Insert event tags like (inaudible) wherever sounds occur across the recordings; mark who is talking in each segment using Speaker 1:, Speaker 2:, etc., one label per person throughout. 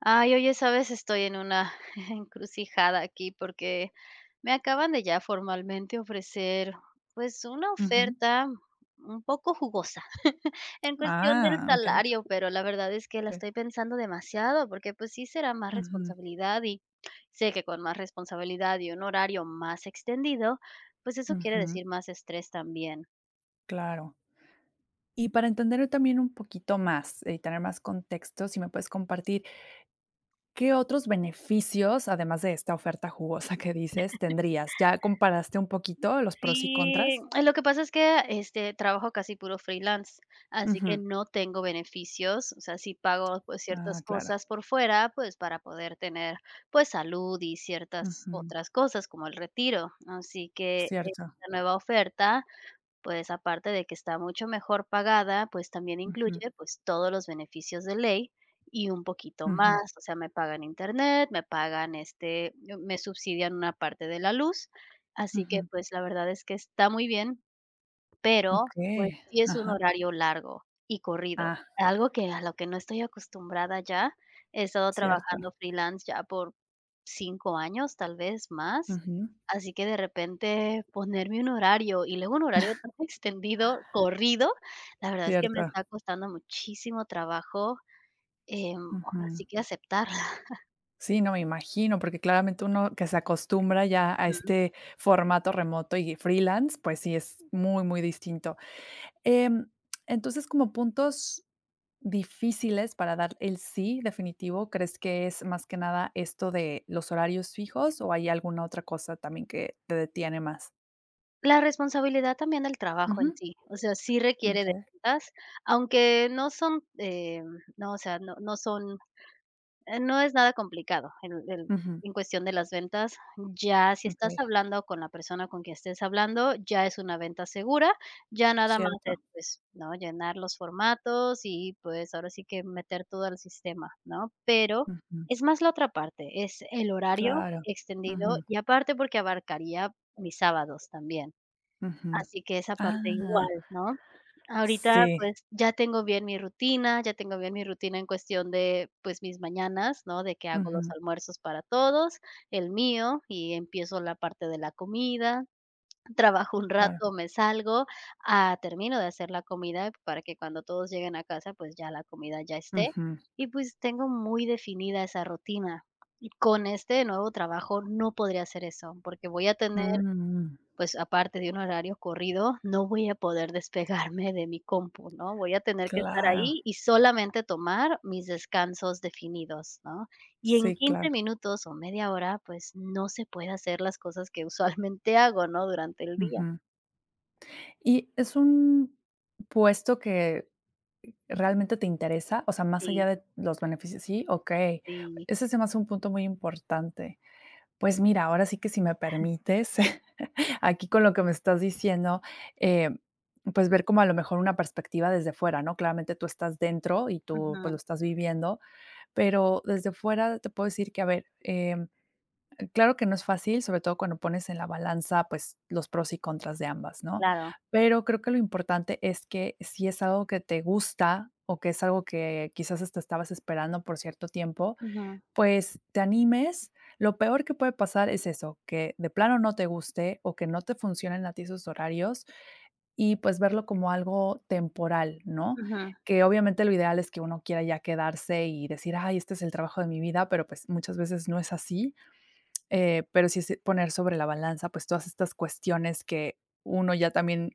Speaker 1: Ay, oye, ¿sabes? Estoy en una (laughs) encrucijada aquí porque me acaban de ya formalmente ofrecer, pues, una
Speaker 2: Ujú.
Speaker 1: oferta un poco jugosa (laughs) en cuestión del
Speaker 2: Ah, okey.
Speaker 1: salario, pero la verdad es que la
Speaker 2: Sí.
Speaker 1: estoy pensando demasiado porque, pues, sí será más
Speaker 2: Ujú,
Speaker 1: responsabilidad y sé que con más responsabilidad y un horario más extendido, pues eso quiere
Speaker 2: ujú,
Speaker 1: decir más estrés también.
Speaker 2: claro. Y para entender también un poquito más, y tener más contexto, si me puedes compartir, ¿qué otros beneficios, además de esta oferta jugosa que dices, tendrías? ¿Ya comparaste un poquito los pros y
Speaker 1: Sí,
Speaker 2: contras?
Speaker 1: lo que pasa es que, trabajo casi puro freelance, así que
Speaker 2: Ujú.
Speaker 1: no tengo beneficios, o sea, sí pago, pues, ciertas
Speaker 2: Ah, claro.
Speaker 1: cosas por fuera, pues, para poder tener, pues, salud y ciertas
Speaker 2: Ujú.
Speaker 1: otras cosas, como el retiro. Así que
Speaker 2: Cierto.
Speaker 1: esta nueva oferta, pues, aparte de que está mucho mejor pagada, pues, también
Speaker 2: Ujú,
Speaker 1: incluye, pues, todos los beneficios de ley y un poquito
Speaker 2: ujú,
Speaker 1: más, o sea, me pagan internet, me pagan, me subsidian una parte de la luz, así que,
Speaker 2: ujú.
Speaker 1: pues, la verdad es que está muy bien, pero,
Speaker 2: Okey.
Speaker 1: pues, sí es un
Speaker 2: Ajá.
Speaker 1: horario largo y corrido,
Speaker 2: Ah,
Speaker 1: algo que a lo que no estoy acostumbrada ya. He estado
Speaker 2: cierto.
Speaker 1: trabajando freelance ya por 5 años, tal vez más,
Speaker 2: Ujú.
Speaker 1: así que de repente ponerme un horario y luego un horario tan (laughs) extendido, corrido, la verdad es que me
Speaker 2: Cierto.
Speaker 1: está costando muchísimo trabajo, ahora
Speaker 2: Ujú.
Speaker 1: sí que aceptarla.
Speaker 2: Sí, no, me imagino, porque claramente uno que se acostumbra ya
Speaker 1: (laughs)
Speaker 2: a
Speaker 1: Ujú.
Speaker 2: este formato remoto y freelance, pues sí es muy, muy distinto. Em, entonces, como puntos difíciles para dar el sí definitivo, ¿crees que es más que nada esto de los horarios fijos o hay alguna otra cosa también que te detiene más?
Speaker 1: La responsabilidad también del trabajo en
Speaker 2: Ujú,
Speaker 1: sí, o sea, sí requiere de
Speaker 2: okey,
Speaker 1: metas, aunque no son, no, o sea, no son. No es nada complicado
Speaker 2: ujú,
Speaker 1: en cuestión de las ventas. Ya si estás
Speaker 2: okey,
Speaker 1: hablando con la persona con quien estés hablando, ya es una venta segura, ya nada más
Speaker 2: cierto,
Speaker 1: es, pues, ¿no?, llenar los formatos y, pues, ahora sí que meter todo al sistema, ¿no? Pero
Speaker 2: ujú,
Speaker 1: es más la otra parte, es el horario
Speaker 2: claro,
Speaker 1: extendido
Speaker 2: ujú,
Speaker 1: y aparte porque abarcaría mis sábados también.
Speaker 2: ujú.
Speaker 1: Así que esa parte igual,
Speaker 2: Ah,
Speaker 1: ¿no? Ahorita,
Speaker 2: sí,
Speaker 1: pues, ya tengo bien mi rutina, ya tengo bien mi rutina en cuestión de, pues, mis mañanas, ¿no? De que hago los
Speaker 2: ujú,
Speaker 1: almuerzos para todos, el mío, y empiezo la parte de la comida, (laughs) trabajo un
Speaker 2: claro,
Speaker 1: rato, me salgo, ah, termino de hacer la comida para que cuando todos lleguen a casa, pues, ya la comida ya esté.
Speaker 2: ujú.
Speaker 1: Y, pues, tengo muy definida esa rutina. Y con este nuevo trabajo no podría hacer eso, porque voy a tener,
Speaker 2: Mm,
Speaker 1: pues, aparte de un horario corrido, no voy a poder despegarme de mi compu, ¿no? Voy a tener que estar
Speaker 2: claro,
Speaker 1: ahí y solamente tomar mis descansos definidos, ¿no? Y en
Speaker 2: sí, claro.
Speaker 1: 15 minutos o media hora, pues, no se puede hacer las cosas que usualmente hago, ¿no? Durante el día.
Speaker 2: Ujú. ¿Y es un puesto que realmente te interesa? O sea, más allá
Speaker 1: Sí,
Speaker 2: de los beneficios, sí, okey.
Speaker 1: sí.
Speaker 2: Ese se me hace un punto muy importante. Pues mira, ahora sí que si me permites, (laughs) aquí con lo que me estás diciendo, eh, pues ver como a lo mejor una perspectiva desde fuera, ¿no? Claramente tú estás dentro y tú, pues, lo
Speaker 1: Ujú,
Speaker 2: estás viviendo, pero desde fuera te puedo decir que, a ver, claro que no es fácil, sobre todo cuando pones en la balanza, pues, los pros y contras de ambas, ¿no?
Speaker 1: claro.
Speaker 2: Pero creo que lo importante es que si es algo que te gusta o que es algo que quizás hasta estabas esperando por cierto tiempo,
Speaker 1: Ujú,
Speaker 2: pues, te animes. Lo peor que puede pasar es eso, que de plano no te guste o que no te funcionen a ti esos horarios y, pues, verlo como algo temporal, ¿no?
Speaker 1: ujú,
Speaker 2: Que obviamente lo ideal es que uno quiera ya quedarse y decir: "Ay, este es el trabajo de mi vida", pero, pues, muchas veces no es así. Pero sí es poner sobre la balanza, pues, todas estas cuestiones que uno ya también,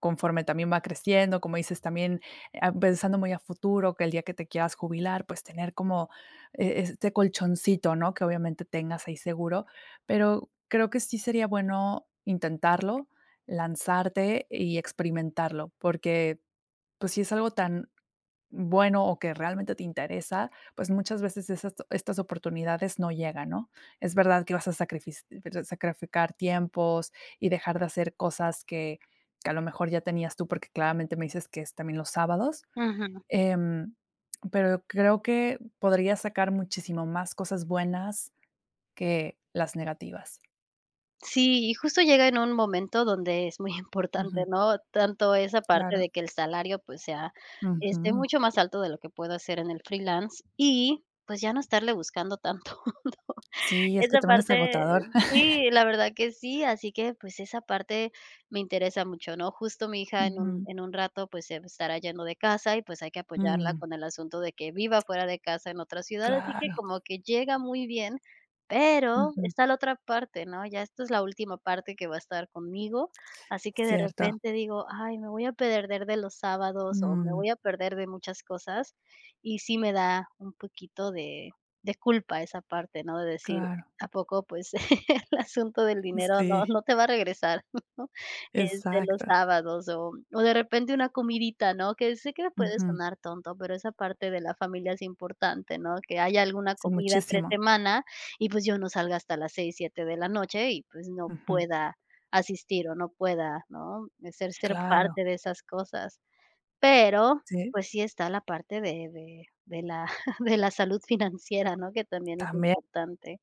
Speaker 2: conforme también va creciendo, como dices, también, pensando muy a futuro, que el día que te quieras jubilar, pues, tener como este colchoncito, ¿no? Que obviamente tengas ahí seguro, pero creo que sí sería bueno intentarlo, lanzarte y experimentarlo, porque, pues, si es algo tan bueno o que realmente te interesa, pues muchas veces esas estas oportunidades no llegan, ¿no? Es verdad que vas a sacrificar tiempos y dejar de hacer cosas que a lo mejor ya tenías tú, porque claramente me dices que es también los sábados,
Speaker 1: ujú.
Speaker 2: em, pero creo que podrías sacar muchísimo más cosas buenas que las negativas.
Speaker 1: Sí, y justo llega en un momento donde es muy (laughs) importante,
Speaker 2: Ujú,
Speaker 1: ¿no? Tanto esa parte
Speaker 2: claro.
Speaker 1: de que el salario, pues, sea,
Speaker 2: Ujú.
Speaker 1: mucho más alto de lo que puedo hacer en el freelance y, pues, ya no estarle buscando tanto.
Speaker 2: Sí, es que
Speaker 1: Esa
Speaker 2: también es
Speaker 1: parte,
Speaker 2: agotador. (laughs)
Speaker 1: sí, la verdad que sí, así que, pues, esa parte me interesa mucho, ¿no? Justo mi hija
Speaker 2: Ujú.
Speaker 1: en un rato, pues, se estará yendo de casa y, pues, hay que apoyarla
Speaker 2: Mm,
Speaker 1: con el asunto de que viva fuera de casa en otra ciudad, así que
Speaker 2: claro.
Speaker 1: como que llega muy bien, pero
Speaker 2: Ujú.
Speaker 1: está la otra parte, ¿no? Ya esta es la última parte que va a estar conmigo, así que de
Speaker 2: Cierto.
Speaker 1: repente digo: "Ay, me voy a perder de los sábados o me
Speaker 2: Mm.
Speaker 1: voy a perder de muchas cosas", y sí me da un poquito de culpa esa parte, ¿no? De decir:
Speaker 2: Claro,
Speaker 1: ¿A poco? Pues (laughs) el asunto del dinero no
Speaker 2: sí,
Speaker 1: no te va a regresar, (laughs) ¿no? Los
Speaker 2: exacto.
Speaker 1: sábados o de repente una comidita, ¿no? Que sé que puede
Speaker 2: Ujú.
Speaker 1: sonar tonto, pero esa parte de la familia es importante, ¿no? Que haya alguna
Speaker 2: Sí,
Speaker 1: comida entre
Speaker 2: muchísimo.
Speaker 1: semana y, pues, yo no salga hasta las 6 7 de la noche y, pues, no
Speaker 2: Ujú,
Speaker 1: pueda asistir o no pueda, ¿no? Ser
Speaker 2: claro,
Speaker 1: parte de esas cosas. Pero,
Speaker 2: sí,
Speaker 1: pues, sí está la parte de la (laughs) de la salud financiera, ¿no? Que también es
Speaker 2: también.
Speaker 1: importante.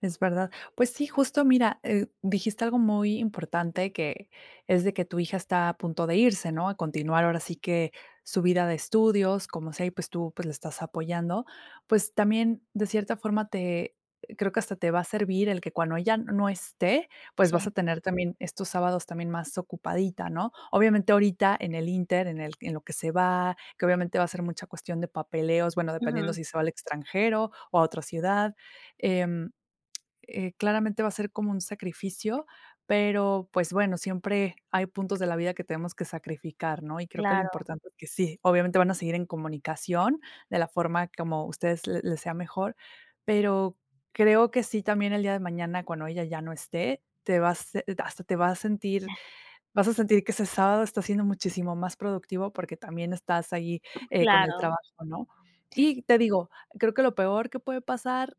Speaker 2: Es verdad. Pues sí, justo mira, dijiste algo muy importante que es de que tu hija está a punto de irse, ¿no? A continuar ahora sí que su vida de estudios, como sea, y pues tú pues le estás apoyando. Pues también de cierta forma te creo que hasta te va a servir el que cuando ella no esté, pues vas
Speaker 1: Sí.
Speaker 2: a tener también estos sábados también más ocupadita, ¿no? Obviamente ahorita en el inter, en el en lo que se va, que obviamente va a ser mucha cuestión de papeleos, bueno, dependiendo
Speaker 1: Ujú,
Speaker 2: si se va al extranjero o a otra ciudad. em, Claramente va a ser como un sacrificio, pero, pues, bueno, siempre hay puntos de la vida que tenemos que sacrificar, ¿no? Y creo que lo
Speaker 1: claro,
Speaker 2: importante es que sí, obviamente van a seguir en comunicación de la forma como ustedes le les sea mejor, pero creo que sí, también el día de mañana, cuando ella ya no esté, te vas hasta te vas a sentir que ese sábado está siendo muchísimo más productivo porque también estás ahí, con el
Speaker 1: claro.
Speaker 2: trabajo, ¿no? Y te digo, creo que lo peor que puede pasar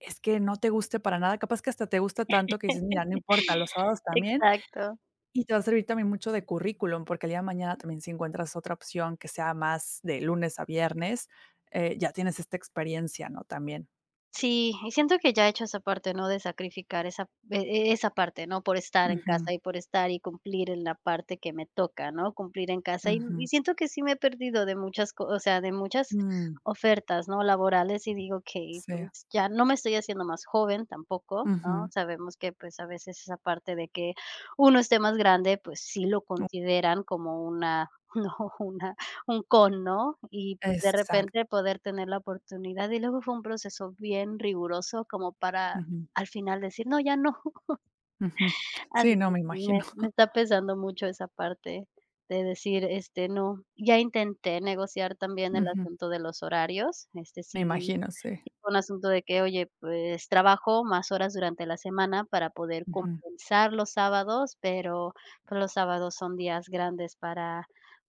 Speaker 2: es que no te guste para nada, capaz que hasta te gusta tanto que
Speaker 1: (laughs)
Speaker 2: dices: "Mira, no importa, los sábados también",
Speaker 1: Exacto.
Speaker 2: y te va a servir también mucho de currículum, porque el día de mañana también si encuentras otra opción que sea más de lunes a viernes, ya tienes esta experiencia, ¿no? También.
Speaker 1: Sí, y siento que ya he hecho esa parte, ¿no? De sacrificar esa esa parte, ¿no? Por estar en casa
Speaker 2: Ujú,
Speaker 1: y por estar y cumplir en la parte que me toca, ¿no? Cumplir en casa. Y
Speaker 2: ujú,
Speaker 1: siento que sí me he perdido de muchas co o sea, de muchas
Speaker 2: mm,
Speaker 1: ofertas, ¿no? Laborales, y digo: que
Speaker 2: sí,
Speaker 1: pues ya no me estoy haciendo más joven tampoco", ¿no?
Speaker 2: ujú,
Speaker 1: Sabemos que, pues, a veces esa parte de que uno esté más grande, pues sí lo
Speaker 2: uh,
Speaker 1: consideran como una, (laughs) ¿no? Una un con, ¿no? Y pues de
Speaker 2: exacto,
Speaker 1: repente poder tener la oportunidad y luego fue un proceso bien riguroso como para
Speaker 2: ujú,
Speaker 1: al final decir: "No, ya no".
Speaker 2: ujú. Sí,
Speaker 1: Así
Speaker 2: no,
Speaker 1: que
Speaker 2: me
Speaker 1: sí, me
Speaker 2: imagino,
Speaker 1: me está pesando mucho esa parte de decir, no. Ya intenté negociar también el
Speaker 2: ujú,
Speaker 1: asunto de los horarios,
Speaker 2: me
Speaker 1: sí
Speaker 2: imagino, sí,
Speaker 1: sí fue un asunto de que, oye, pues, trabajo más horas durante la semana para poder
Speaker 2: ujú,
Speaker 1: compensar los sábados, pero, pues, los sábados son días grandes para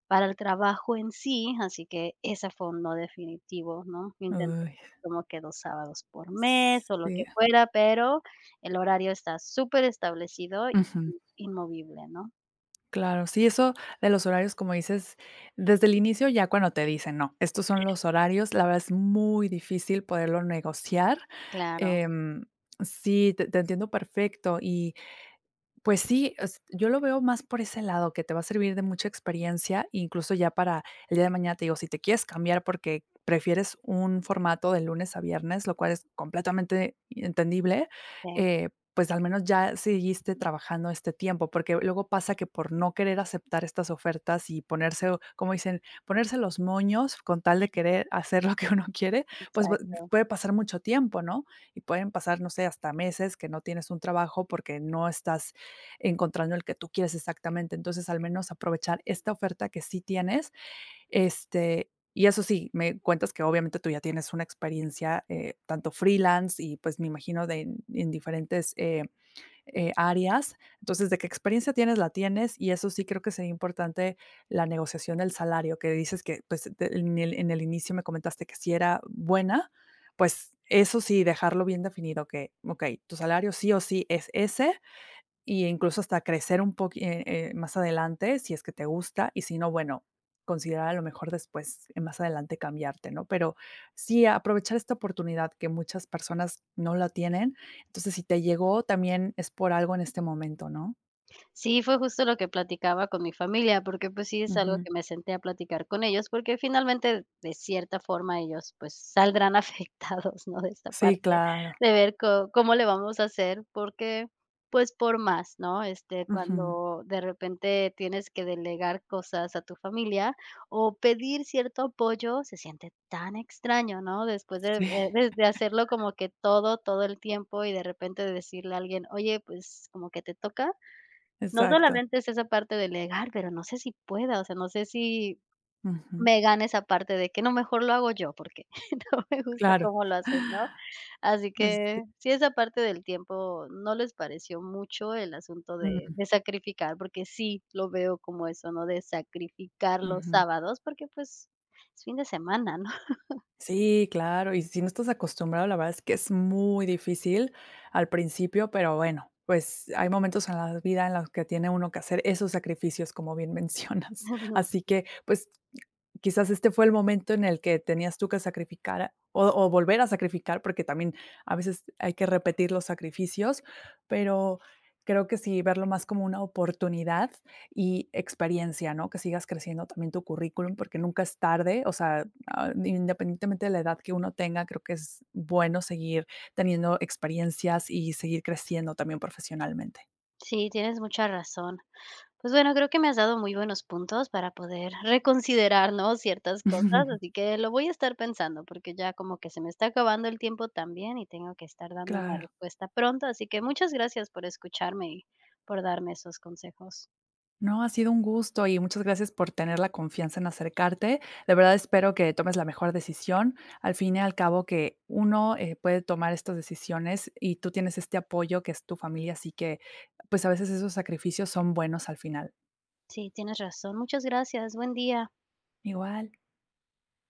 Speaker 1: para el trabajo en sí, así que ese fue un no definitivo, ¿no? Intenté
Speaker 2: uy,
Speaker 1: como que 2 sábados por mes o lo que
Speaker 2: sí,
Speaker 1: fuera, pero el horario está súper establecido.
Speaker 2: ujú.
Speaker 1: Inmovible, ¿no?
Speaker 2: Claro, sí, eso de los horarios, como dices, desde el inicio ya cuando te dicen, no, estos son los horarios, la verdad es muy difícil poderlo negociar.
Speaker 1: Claro,
Speaker 2: Em, sí, te entiendo perfecto. Pues sí, es yo lo veo más por ese lado, que te va a servir de mucha experiencia, incluso ya para el día de mañana, te digo, si te quieres cambiar porque prefieres un formato de lunes a viernes, lo cual es completamente entendible,
Speaker 1: sí,
Speaker 2: eh, pues al menos ya seguiste trabajando este tiempo, porque luego pasa que por no querer aceptar estas ofertas y ponerse, como dicen, ponerse los moños con tal de querer hacer lo que uno quiere, pues va
Speaker 1: exacto.
Speaker 2: puede pasar mucho tiempo, ¿no? Y pueden pasar, no sé, hasta meses que no tienes un trabajo porque no estás encontrando el que tú quieres exactamente. Entonces, al menos aprovechar esta oferta que sí tienes, y eso sí, me cuentas que obviamente tú ya tienes una experiencia tanto freelance y pues me imagino en diferentes áreas. Entonces, de qué experiencia tienes, la tienes y eso sí creo que sería importante la negociación del salario, que dices que pues en el inicio me comentaste que sí era buena, pues eso sí, dejarlo bien definido, que, ok, tu salario sí o sí es ese y incluso hasta crecer un poco más adelante, si es que te gusta, y si no, bueno, considerar a lo mejor después, más adelante cambiarte, ¿no? Pero sí, aprovechar esta oportunidad que muchas personas no la tienen. Entonces, si te llegó, también es por algo en este momento, ¿no?
Speaker 1: Sí, fue justo lo que platicaba con mi familia, porque, pues, sí es algo
Speaker 2: Ujú.
Speaker 1: que me senté a platicar con ellos, porque finalmente, de cierta forma, ellos, pues, saldrán (laughs) afectados, ¿no?, de esta parte
Speaker 2: Sí, claro.
Speaker 1: de ver co cómo le vamos a hacer, porque, pues, por más, ¿no?,
Speaker 2: Ujú.
Speaker 1: cuando de repente tienes que delegar cosas a tu familia o pedir cierto apoyo, se siente tan extraño, ¿no?, después de,
Speaker 2: Sí,
Speaker 1: desde hacerlo como que todo, todo el tiempo y de repente decirle a alguien: "Oye, pues, como que te toca", no
Speaker 2: exacto.
Speaker 1: solamente es esa parte de legar, pero no sé si pueda, o sea, no sé si
Speaker 2: Ujú.
Speaker 1: me gane esa parte de que no, mejor lo hago yo, porque (laughs) no me gusta
Speaker 2: Claro.
Speaker 1: cómo lo hacen, ¿no?
Speaker 2: (laughs)
Speaker 1: Así
Speaker 2: Sí.
Speaker 1: que sí, esa parte del tiempo no les pareció mucho el asunto de
Speaker 2: Mm,
Speaker 1: de sacrificar, porque sí lo veo como eso, ¿no? De sacrificar los
Speaker 2: ujú.
Speaker 1: sábados, porque, pues, es fin de semana, ¿no?
Speaker 2: Sí, claro, y si no estás acostumbrado, la verdad es que es muy difícil al principio, pero bueno, pues hay momentos en la vida en los que tiene uno que hacer esos sacrificios, como bien mencionas.
Speaker 1: (laughs)
Speaker 2: (laughs)
Speaker 1: No.
Speaker 2: Así que, pues, quizás este fue el momento en el que tenías tú que sacrificar o volver a sacrificar, porque también a veces hay que repetir los sacrificios, pero creo que sí, verlo más como una oportunidad y experiencia, ¿no? Que sigas creciendo también tu currículum, porque nunca es tarde, o sea, independientemente de la edad que uno tenga, creo que es bueno seguir teniendo experiencias y seguir creciendo también profesionalmente.
Speaker 1: Sí, tienes mucha razón. Pues bueno, creo que me has dado muy buenos puntos para poder (laughs) reconsiderar, ¿no?, ciertas cosas,
Speaker 2: (laughs)
Speaker 1: así que lo voy a estar pensando, porque ya como que se me está acabando el tiempo también y tengo que estar dando una
Speaker 2: Claro.
Speaker 1: respuesta pronto, así que muchas gracias por escucharme y por darme esos consejos.
Speaker 2: No, ha sido un gusto y muchas gracias por tener la confianza en acercarte. De verdad espero que tomes la mejor decisión. Al fin y al cabo que uno puede tomar estas decisiones y tú tienes este apoyo que es tu familia, así que pues a veces esos sacrificios son buenos al final.
Speaker 1: Sí, tienes razón. Muchas gracias. Buen día.
Speaker 2: Igual.